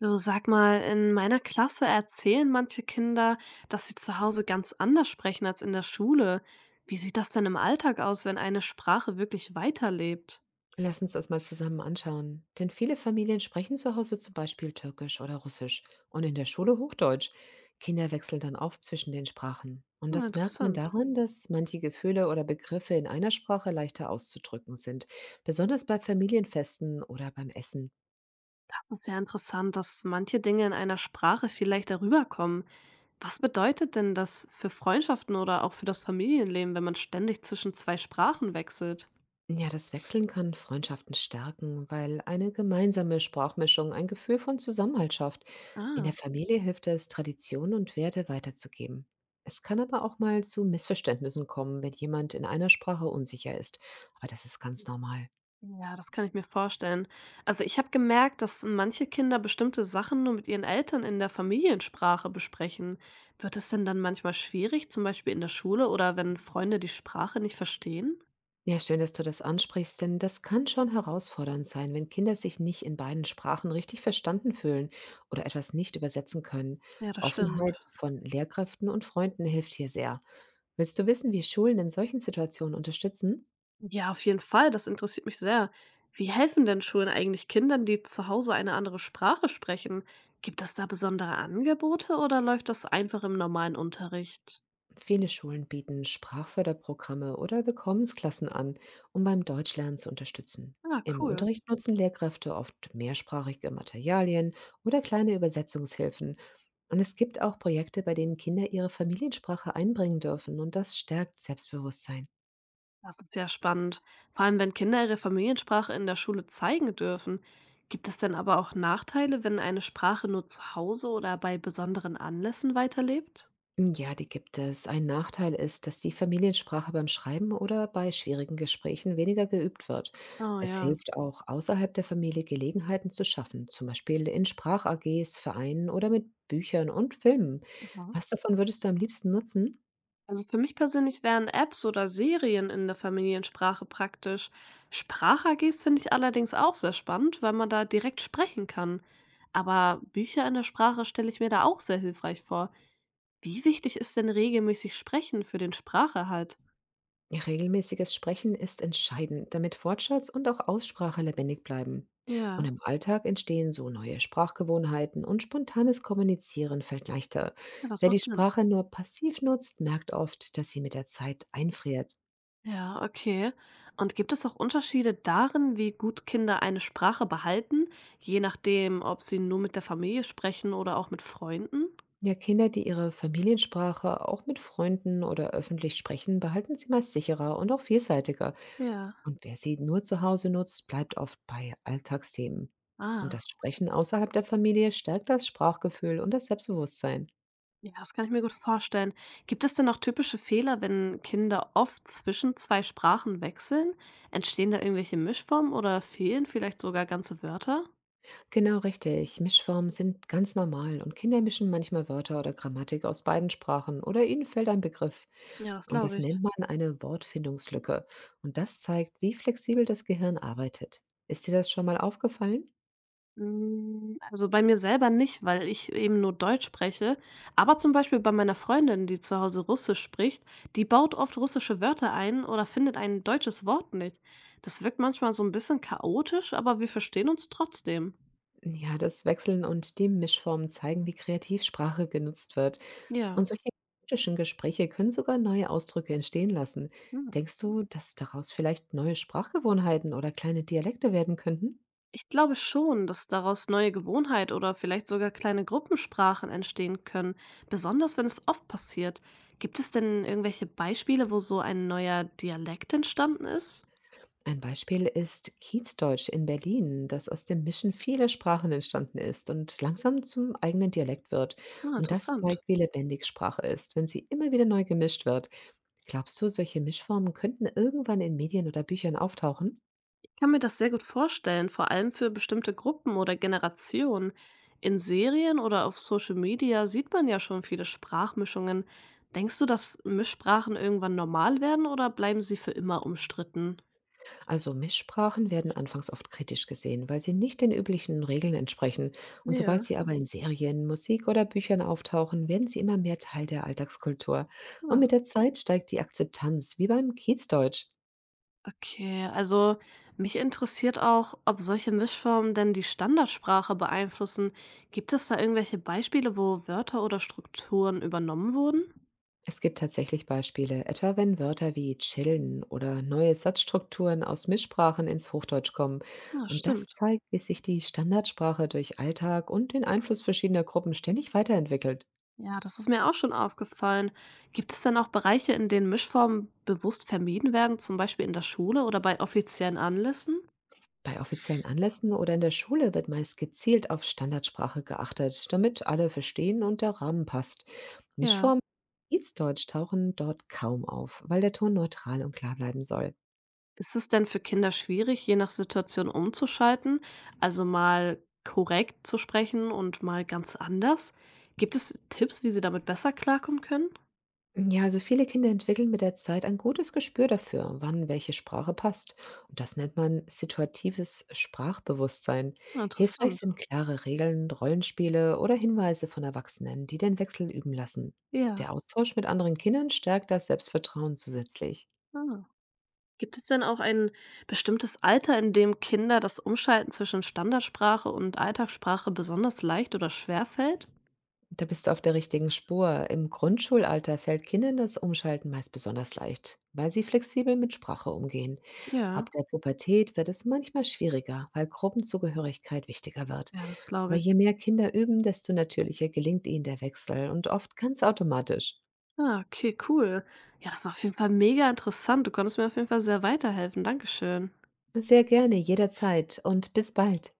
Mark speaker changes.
Speaker 1: Du sag mal, in meiner Klasse erzählen manche Kinder, dass sie zu Hause ganz anders sprechen als in der Schule. Wie sieht das denn im Alltag aus, wenn eine Sprache wirklich weiterlebt?
Speaker 2: Lass uns das mal zusammen anschauen. Denn viele Familien sprechen zu Hause zum Beispiel Türkisch oder Russisch und in der Schule Hochdeutsch. Kinder wechseln dann oft zwischen den Sprachen. Und
Speaker 1: Hm,
Speaker 2: das merkt man
Speaker 1: interessant.
Speaker 2: daran, dass manche Gefühle oder Begriffe in einer Sprache leichter auszudrücken sind, besonders bei Familienfesten oder beim Essen.
Speaker 1: Das ist ja interessant, dass manche Dinge in einer Sprache viel leichter rüberkommen. Was bedeutet denn das für Freundschaften oder auch für das Familienleben, wenn man ständig zwischen zwei Sprachen wechselt?
Speaker 2: Ja, das Wechseln kann Freundschaften stärken, weil eine gemeinsame Sprachmischung ein Gefühl von Zusammenhalt schafft. In der
Speaker 1: Ah,
Speaker 2: Familie hilft es, Traditionen und Werte weiterzugeben. Es kann aber auch mal zu Missverständnissen kommen, wenn jemand in einer Sprache unsicher ist. Aber das ist ganz normal.
Speaker 1: ja, das kann ich mir vorstellen. Also ich habe gemerkt, dass manche Kinder bestimmte Sachen nur mit ihren Eltern in der Familiensprache besprechen. Wird es denn dann manchmal schwierig, zum Beispiel in der Schule oder wenn Freunde die Sprache nicht verstehen?
Speaker 2: Ja, schön, dass du das ansprichst, denn das kann schon herausfordernd sein, wenn Kinder sich nicht in beiden Sprachen richtig verstanden fühlen oder etwas nicht übersetzen können.
Speaker 1: Ja, das stimmt.
Speaker 2: Offenheit von Lehrkräften und Freunden hilft hier sehr. Willst du wissen, wie Schulen in solchen Situationen unterstützen?
Speaker 1: Ja, auf jeden Fall. Das interessiert mich sehr. Wie helfen denn Schulen eigentlich Kindern, die zu Hause eine andere Sprache sprechen? Gibt es da besondere Angebote oder läuft das einfach im normalen Unterricht?
Speaker 2: Viele Schulen bieten Sprachförderprogramme oder Willkommensklassen an, um beim Deutschlernen zu unterstützen.
Speaker 1: Ah,
Speaker 2: Im
Speaker 1: cool.
Speaker 2: Unterricht nutzen Lehrkräfte oft mehrsprachige Materialien oder kleine Übersetzungshilfen. Und es gibt auch Projekte, bei denen Kinder ihre Familiensprache einbringen dürfen und das stärkt Selbstbewusstsein.
Speaker 1: Das ist sehr spannend. Vor allem, wenn Kinder ihre Familiensprache in der Schule zeigen dürfen. Gibt es denn aber auch Nachteile, wenn eine Sprache nur zu Hause oder bei besonderen Anlässen weiterlebt?
Speaker 2: Ja, die gibt es. Ein Nachteil ist, dass die Familiensprache beim Schreiben oder bei schwierigen Gesprächen weniger geübt wird.
Speaker 1: Oh
Speaker 2: Es
Speaker 1: ja.
Speaker 2: hilft auch, außerhalb der Familie Gelegenheiten zu schaffen, zum Beispiel in Sprach-AGs, Vereinen oder mit Büchern und Filmen.
Speaker 1: Aha.
Speaker 2: Was davon würdest du am liebsten nutzen?
Speaker 1: Also für mich persönlich wären Apps oder Serien in der Familiensprache praktisch. Sprach-AGs finde ich allerdings auch sehr spannend, weil man da direkt sprechen kann. Aber Bücher in der Sprache stelle ich mir da auch sehr hilfreich vor. Wie wichtig ist denn regelmäßig Sprechen für den Spracherhalt?
Speaker 2: Regelmäßiges Sprechen ist entscheidend, damit Wortschatz und auch Aussprache lebendig bleiben. Und
Speaker 1: Ja,
Speaker 2: im Alltag entstehen so neue Sprachgewohnheiten und spontanes Kommunizieren fällt leichter.
Speaker 1: ja, das
Speaker 2: Wer die
Speaker 1: macht Sinn.
Speaker 2: Sprache nur passiv nutzt, merkt oft, dass sie mit der Zeit einfriert.
Speaker 1: Ja, okay. Und gibt es auch Unterschiede darin, wie gut Kinder eine Sprache behalten, je nachdem, ob sie nur mit der Familie sprechen oder auch mit Freunden?
Speaker 2: Ja, Kinder, die ihre Familiensprache auch mit Freunden oder öffentlich sprechen, behalten sie meist sicherer und auch vielseitiger.
Speaker 1: Ja.
Speaker 2: Und wer sie nur zu Hause nutzt, bleibt oft bei Alltagsthemen. Und
Speaker 1: Ah,
Speaker 2: das Sprechen außerhalb der Familie stärkt das Sprachgefühl und das Selbstbewusstsein.
Speaker 1: ja, das kann ich mir gut vorstellen. Gibt es denn auch typische Fehler, wenn Kinder oft zwischen zwei Sprachen wechseln? Entstehen da irgendwelche Mischformen oder fehlen vielleicht sogar ganze Wörter?
Speaker 2: Genau richtig. Mischformen sind ganz normal und Kinder mischen manchmal Wörter oder Grammatik aus beiden Sprachen oder ihnen fällt ein Begriff.
Speaker 1: Ja, das
Speaker 2: Und das
Speaker 1: glaube ich.
Speaker 2: nennt man eine Wortfindungslücke. Und das zeigt, wie flexibel das Gehirn arbeitet. Ist dir das schon mal aufgefallen?
Speaker 1: Hm, also bei mir selber nicht, weil ich eben nur Deutsch spreche, aber zum Beispiel bei meiner Freundin, die zu Hause Russisch spricht, die baut oft russische Wörter ein oder findet ein deutsches Wort nicht. Das wirkt manchmal so ein bisschen chaotisch, aber wir verstehen uns trotzdem.
Speaker 2: Ja, das Wechseln und die Mischformen zeigen, wie kreativ Sprache genutzt wird. Und
Speaker 1: Ja,
Speaker 2: solche kritischen Gespräche können sogar neue Ausdrücke entstehen lassen.
Speaker 1: hm.
Speaker 2: Denkst du, dass daraus vielleicht neue Sprachgewohnheiten oder kleine Dialekte werden könnten?
Speaker 1: Ich glaube schon, dass daraus neue Gewohnheit oder vielleicht sogar kleine Gruppensprachen entstehen können, besonders wenn es oft passiert. Gibt es denn irgendwelche Beispiele, wo so ein neuer Dialekt entstanden ist?
Speaker 2: Ein Beispiel ist Kiezdeutsch in Berlin, das aus dem Mischen vieler Sprachen entstanden ist und langsam zum eigenen Dialekt wird.
Speaker 1: Ah,
Speaker 2: Und das
Speaker 1: interessant.
Speaker 2: zeigt, wie lebendig Sprache ist, wenn sie immer wieder neu gemischt wird. Glaubst du, solche Mischformen könnten irgendwann in Medien oder Büchern auftauchen?
Speaker 1: Ich kann mir das sehr gut vorstellen, vor allem für bestimmte Gruppen oder Generationen. In Serien oder auf Social Media sieht man ja schon viele Sprachmischungen. Denkst du, dass Mischsprachen irgendwann normal werden oder bleiben sie für immer umstritten?
Speaker 2: Also Mischsprachen werden anfangs oft kritisch gesehen, weil sie nicht den üblichen Regeln entsprechen. Und sobald
Speaker 1: Ja,
Speaker 2: sie aber in Serien, Musik oder Büchern auftauchen, werden sie immer mehr Teil der Alltagskultur. Und
Speaker 1: ja.
Speaker 2: mit der Zeit steigt die Akzeptanz, wie beim Kiezdeutsch.
Speaker 1: Okay, also mich interessiert auch, ob solche Mischformen denn die Standardsprache beeinflussen. Gibt es da irgendwelche Beispiele, wo Wörter oder Strukturen übernommen wurden?
Speaker 2: Es gibt tatsächlich Beispiele, etwa wenn Wörter wie chillen oder neue Satzstrukturen aus Mischsprachen ins Hochdeutsch kommen.
Speaker 1: Ja,
Speaker 2: Und das
Speaker 1: stimmt.
Speaker 2: zeigt, wie sich die Standardsprache durch Alltag und den Einfluss verschiedener Gruppen ständig weiterentwickelt.
Speaker 1: Ja, das ist mir auch schon aufgefallen. Gibt es denn auch Bereiche, in denen Mischformen bewusst vermieden werden, zum Beispiel in der Schule oder bei offiziellen Anlässen?
Speaker 2: Bei offiziellen Anlässen oder in der Schule wird meist gezielt auf Standardsprache geachtet, damit alle verstehen und der Rahmen passt.
Speaker 1: Ja.
Speaker 2: Mischformen und Dienstdeutsch tauchen dort kaum auf, weil der Ton neutral und klar bleiben soll.
Speaker 1: Ist es denn für Kinder schwierig, je nach Situation umzuschalten, also mal korrekt zu sprechen und mal ganz anders? Gibt es Tipps, wie sie damit besser klarkommen können?
Speaker 2: Ja, also viele Kinder entwickeln mit der Zeit ein gutes Gespür dafür, wann welche Sprache passt. Und das nennt man situatives Sprachbewusstsein.
Speaker 1: Ah,
Speaker 2: Hilfreich
Speaker 1: interessant.
Speaker 2: sind klare Regeln, Rollenspiele oder Hinweise von Erwachsenen, die den Wechsel üben lassen. Der
Speaker 1: Ja.
Speaker 2: Austausch mit anderen Kindern stärkt das Selbstvertrauen zusätzlich.
Speaker 1: Ah. Gibt es denn auch ein bestimmtes Alter, in dem Kinder das Umschalten zwischen Standardsprache und Alltagssprache besonders leicht oder schwer fällt?
Speaker 2: Da bist du auf der richtigen Spur. Im Grundschulalter fällt Kindern das Umschalten meist besonders leicht, weil sie flexibel mit Sprache umgehen. Ab
Speaker 1: Ja.
Speaker 2: der Pubertät wird es manchmal schwieriger, weil Gruppenzugehörigkeit wichtiger wird.
Speaker 1: Ja, das
Speaker 2: Aber
Speaker 1: glaube ich.
Speaker 2: je mehr Kinder üben, desto natürlicher gelingt ihnen der Wechsel und oft ganz automatisch.
Speaker 1: Ah, okay, cool. Ja, das war auf jeden Fall mega interessant. Du konntest mir auf jeden Fall sehr weiterhelfen. Dankeschön.
Speaker 2: Sehr gerne, jederzeit und bis bald.